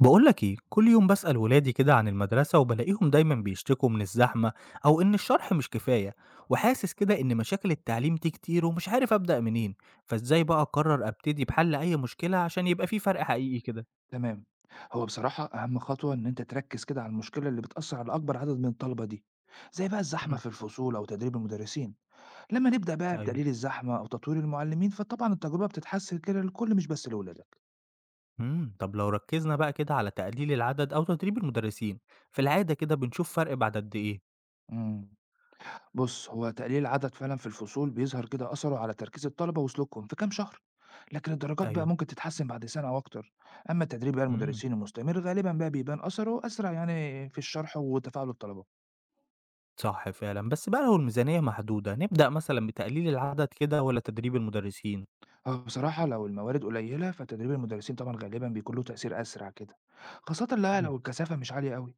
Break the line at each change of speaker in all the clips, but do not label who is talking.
بقولك ايه، كل يوم بسأل ولادي كده عن المدرسة وبلاقيهم دايما بيشتكوا من الزحمة او ان الشرح مش كفاية، وحاسس كده ان مشاكل التعليم دي كتير ومش عارف أبدأ منين. فازاي بقى اقرر ابتدي بحل اي مشكلة عشان يبقى في فرق حقيقي كده؟
تمام. هو بصراحة أهم خطوة إن أنت تركز كده على المشكلة اللي بتأثر على أكبر عدد من الطلبة دي، زي بقى الزحمة
امم.
في الفصول أو تدريب المدرسين. لما نبدأ بقى
ايوه.
بتقليل الزحمة أو تطوير المعلمين فطبعا التجربة بتتحسن كده للكل مش بس لأولادك.
امم، طب لو ركزنا بقى كده على تقليل العدد او تدريب المدرسين، في العادة كده بنشوف فرق بعد قد ايه؟
امم بص، هو تقليل العدد فعلا في الفصول بيظهر كده أثره على تركيز الطلبة وسلوكهم في كام شهر، لكن الدرجات بقى
ايوه.
ممكن تتحسن بعد سنة أو أكتر. أما تدريب بقى
امم.
المدرسين المستمر غالبا بقى بيبان أثره أسرع، يعني في الشرح وتفاعل الطلبة.
صح فعلا، بس بقى لو الميزانية محدودة نبدأ مثلا بتقليل العدد كده ولا تدريب المدرسين؟
آه، بصراحة لو الموارد قليلة فتدريب المدرسين طبعا غالبا بيكون له تأثير أسرع كده، خاصة لا
امم.
لو الكثافة مش عالية قوي.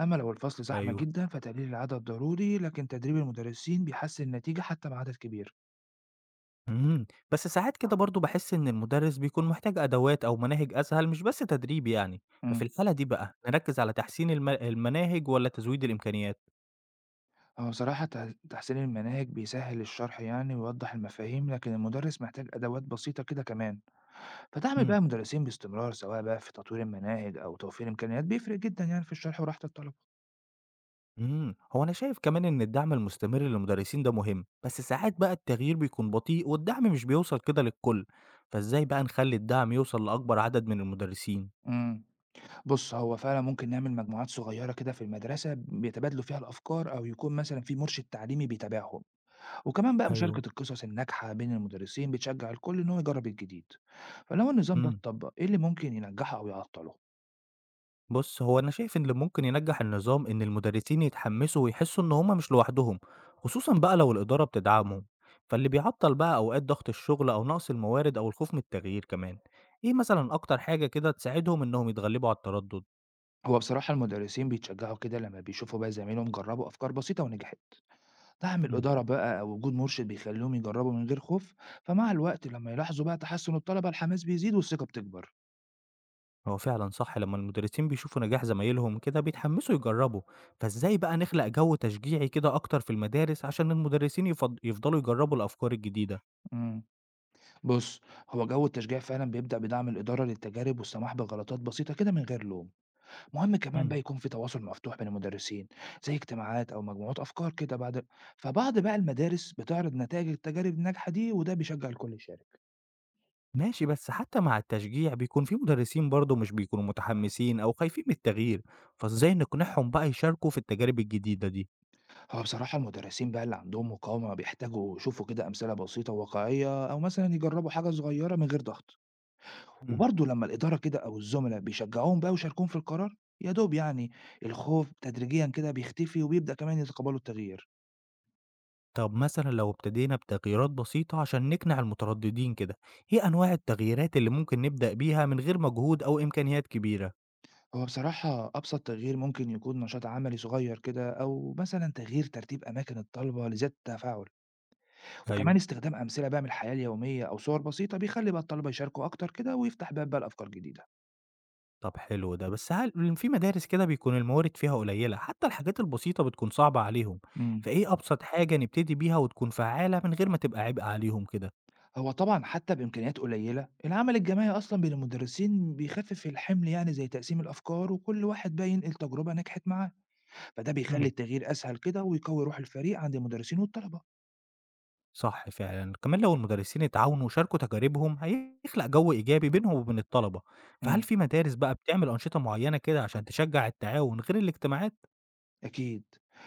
أما لو الفصل زحمة
ايوه.
جدا فتقليل العدد ضروري، لكن تدريب المدرسين بيحسن النتيجة حتى مع عدد كبير.
إمم، بس ساعات كده برضه باحس إن المدرس بيكون محتاج أدوات أو مناهج أسهل مش بس تدريب يعني، ففي
امم
الحالة دي بقى نركّز على تحسين المناهج والّا تزويد الإمكانيات؟
هو بصراحة تحسين المناهج بيسهل الشرح يعني ويوضح المفاهيم، لكن المدرس محتاج أدوات بسيطة كده كمان. فدعم
إمم.
بقى المدرسين باستمرار سواء بقى في تطوير المناهج أو توفير إمكانيات بيفرق جدا، يعني في الشرح وراحة الطلبة.
إمم، هو أنا شايف كمان إن الدعم المستمر للمدرسين ده مهم، بس ساعات بقى التغيير بيكون بطيء والدعم مش بيوصل كده للكل، فإزاي بقى نخلّي الدعم يوصل لأكبر عدد من المدرسين؟
امم بُص، هو فعلًا ممكن نعمل مجموعات صغيّرة كده في المدرسة بيتبادلوا فيها الأفكار أو يكون مثلًا في مرشد تعليمي بيتابعهم، وكمان بقى
أيوه.
مشاركة القصص الناجحة بين المدرسين بتشجّع الكل إن هو يجرّب الجديد. فلو النظام ده
إمم.
اتطبّق إيه اللي ممكن ينجّحه أو يعطّله؟
بُص، هو أنا شايف إن اللي ممكن ينجّح النظام إن المدرسين يتحمّسوا ويحسّوا إن هم مش لوحدهم، خصوصًا بقى لو الإدارة بتدعمهم، فاللي بيعطّل بقى أوقات ضغط الشغل أو نقص الموارد أو الخوف من التغيير كمان. إيه مثلًا أكتر حاجة كده تساعدهم إنهم يتغلبوا على التردُّد؟
هو بصراحة المدرسين بيتشجّعوا كده لمّا بيشوفوا بقى زمايلهم جرّبوا أفكار بسيطة ونجحت، دعم
إمم.
الإدارة بقى أو وجود مرشد بيخلّيهم يجرّبوا من غير خوف، فمع الوقت لمّا يلاحظوا بقى تحسّن الطلبة الحماس بيزيد والثقة بتكبر.
هو فعلًا صح لمّا المدرسين بيشوفوا نجاح زمايلهم كده بيتحمّسوا يجرّبوا، فإزاي بقى نخلق جو تشجيعي كده أكتر في المدارس عشان المدرسين يفضلوا يجرّبوا الأفكار الجديدة؟
إمم. بُص، هو جو التشجيع فعلًا بيبدأ بدعم الإدارة للتجارب والسماح بغلطات بسيطة كده من غير لوم، مهم كمان بقى
إمم.
يكون في تواصل مفتوح بين المدرسين، زي اجتماعات أو مجموعات أفكار كده بعد. فبعض بقى المدارس بتعرض نتائج التجارب الناجحة دي وده بيشجع الكل يشارك.
ماشي، بس حتى مع التشجيع بيكون في مدرسين برضه مش بيكونوا متحمسين أو خايفين من التغيير، فإزاي نقنعهم بقى يشاركوا في التجارب الجديدة دي؟
هو بصراحة المدرسين بقى اللي عندهم مقاومة بيحتاجوا يشوفوا كده أمثلة بسيطة وواقعية أو مثلًا يجربوا حاجة صغيرة من غير ضغط،
مم.
وبرضه لما الإدارة كده أو الزملاء بيشجعوهم بقى ويشاركوهم في القرار، يا دوب يعني الخوف تدريجيًا كده بيختفي وبيبدأ كمان يتقبلوا التغيير.
طب مثلًا لو ابتدينا بتغييرات بسيطة عشان نقنع المترددين كده، إيه أنواع التغييرات اللي ممكن نبدأ بيها من غير مجهود أو إمكانيات كبيرة؟
هو بصراحة أبسط تغيير ممكن يكون نشاط عملي صغير كده أو مثلا تغيير ترتيب أماكن الطلبة لزيادة التفاعل،
ايوه.
وكمان استخدام أمثلة بقى من الحياة اليومية أو صور بسيطة بيخلي بقى الطلبة يشاركوا أكتر كده ويفتح باب بقى لأفكار جديدة.
طب حلو ده، بس هل في مدارس كده بيكون الموارد فيها قليلة، حتى الحاجات البسيطة بتكون صعبة عليهم،
امم
فإيه أبسط حاجة نبتدي بيها وتكون فعالة من غير ما تبقى عبء عليهم كده؟
هو طبعا حتى بإمكانيات قليلة العمل الجماعي أصلا بين المدرسين بيخفف الحمل، يعني زي تقسيم الأفكار وكل واحد بقى ينقل تجربة نجحت معاه، فده بيخلي
مم.
التغيير أسهل كده ويقوي روح الفريق عند المدرسين والطلبة.
صح فعلًا، كمان لو المدرسين اتعاونوا وشاركوا تجاربهم هيخلق جو إيجابي بينهم وبين الطلبة، فهل
امم
في مدارس بقى بتعمل أنشطة معينة كده عشان تشجع التعاون غير الاجتماعات؟
أكيد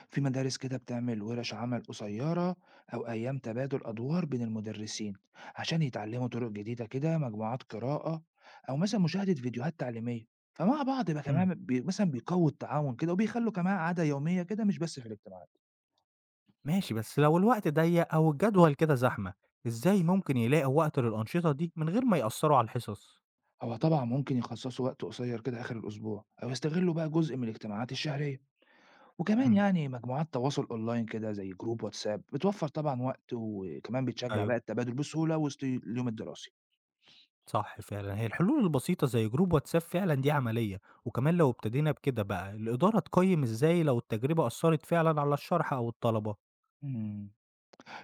في مدارس كده بتعمل ورش عمل قصيرة، أو أيام تبادل أدوار بين المدرسين عشان يتعلموا طرق جديدة كده، مجموعات قراءة أو مثلا مشاهدة فيديوهات تعليمية. فمع بعض يبقى
إمم،
كمان مثلا بيقووا التعاون كده وبيخلوا كمان عادة يومية كده مش بس في الاجتماعات.
ماشي بس لو الوقت ضيق أو الجدول كده زحمة، إزاي ممكن يلاقوا وقت للأنشطة دي من غير ما يأثروا على الحصص؟
هو طبعا ممكن يخصصوا وقت قصير كده آخر الأسبوع أو يستغلوا بقى جزء من الاجتماعات الشهرية، وكمان
إمم.
يعني مجموعات تواصل أونلاين كده زي جروب واتساب بتوفر طبعا وقت وكمان بتشجع
أيوه.
بقى التبادل بسهولة وسط اليوم الدراسي.
صح فعلًا، هي الحلول البسيطة زي جروب واتساب فعلًا دي عملية، وكمان لو ابتدينا بكده بقى الإدارة تقيم إزاي لو التجربة أثرت فعلًا على الشرح أو الطلبة؟
مم.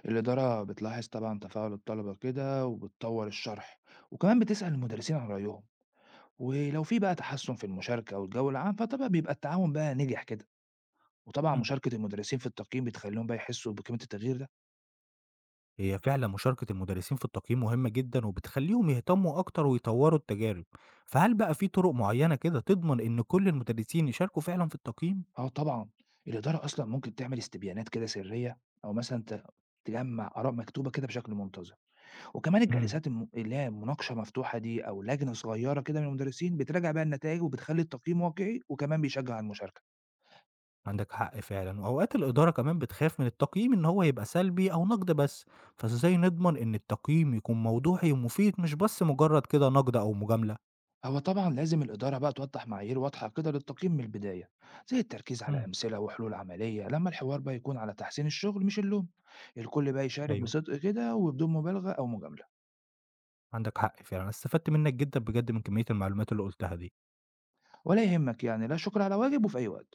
الإدارة بتلاحظ طبعا تفاعل الطلبة كده وبتطور الشرح، وكمان بتسأل المدرسين عن رأيهم، ولو في بقى تحسن في المشاركة والجو العام فطبعا بيبقى التعاون بقى نجح كده. وطبعا
إمم.
مشاركة المدرسين في التقييم بتخليهم بقى يحسوا بقيمة التغيير ده.
هي فعلا مشاركة المدرسين في التقييم مهمة جدا وبتخليهم يهتموا أكتر ويطوروا التجارب، فهل بقى في طرق معينة كده تضمن إن كل المدرسين يشاركوا فعلا في التقييم؟
اه طبعا، الإدارة أصلا ممكن تعمل استبيانات كده سرية، أو مثلا تجمع آراء مكتوبة كده بشكل منتظم. وكمان
امم.
الجلسات اللي هي مناقشة مفتوحة دي أو لجنة صغيرة كده من المدرسين بتراجع بقى النتائج وبتخلي التقييم واقعي وكمان بيشجع على المشاركة.
عندك حق فعلا، وأوقات الإدارة كمان بتخاف من التقييم إن هو يبقى سلبي أو نقد بس، فإزاي نضمن إن التقييم يكون موضوعي ومفيد مش بس مجرد كده نقد أو مجاملة؟
هو طبعا لازم الإدارة بقى توضح معايير واضحة كده للتقييم من البداية، زي التركيز على
امم.
أمثلة وحلول عملية، لما الحوار بقى يكون على تحسين الشغل مش اللوم. الكل بقى يشارك
أيوه.
بصدق كده وبدون مبالغة أو مجاملة.
عندك حق فعلا، أنا استفدت منك جدا بجد من كمية المعلومات اللي قلتها دي.
ولا يهمك، يعني لا شكر على واجب، وفي أي وقت.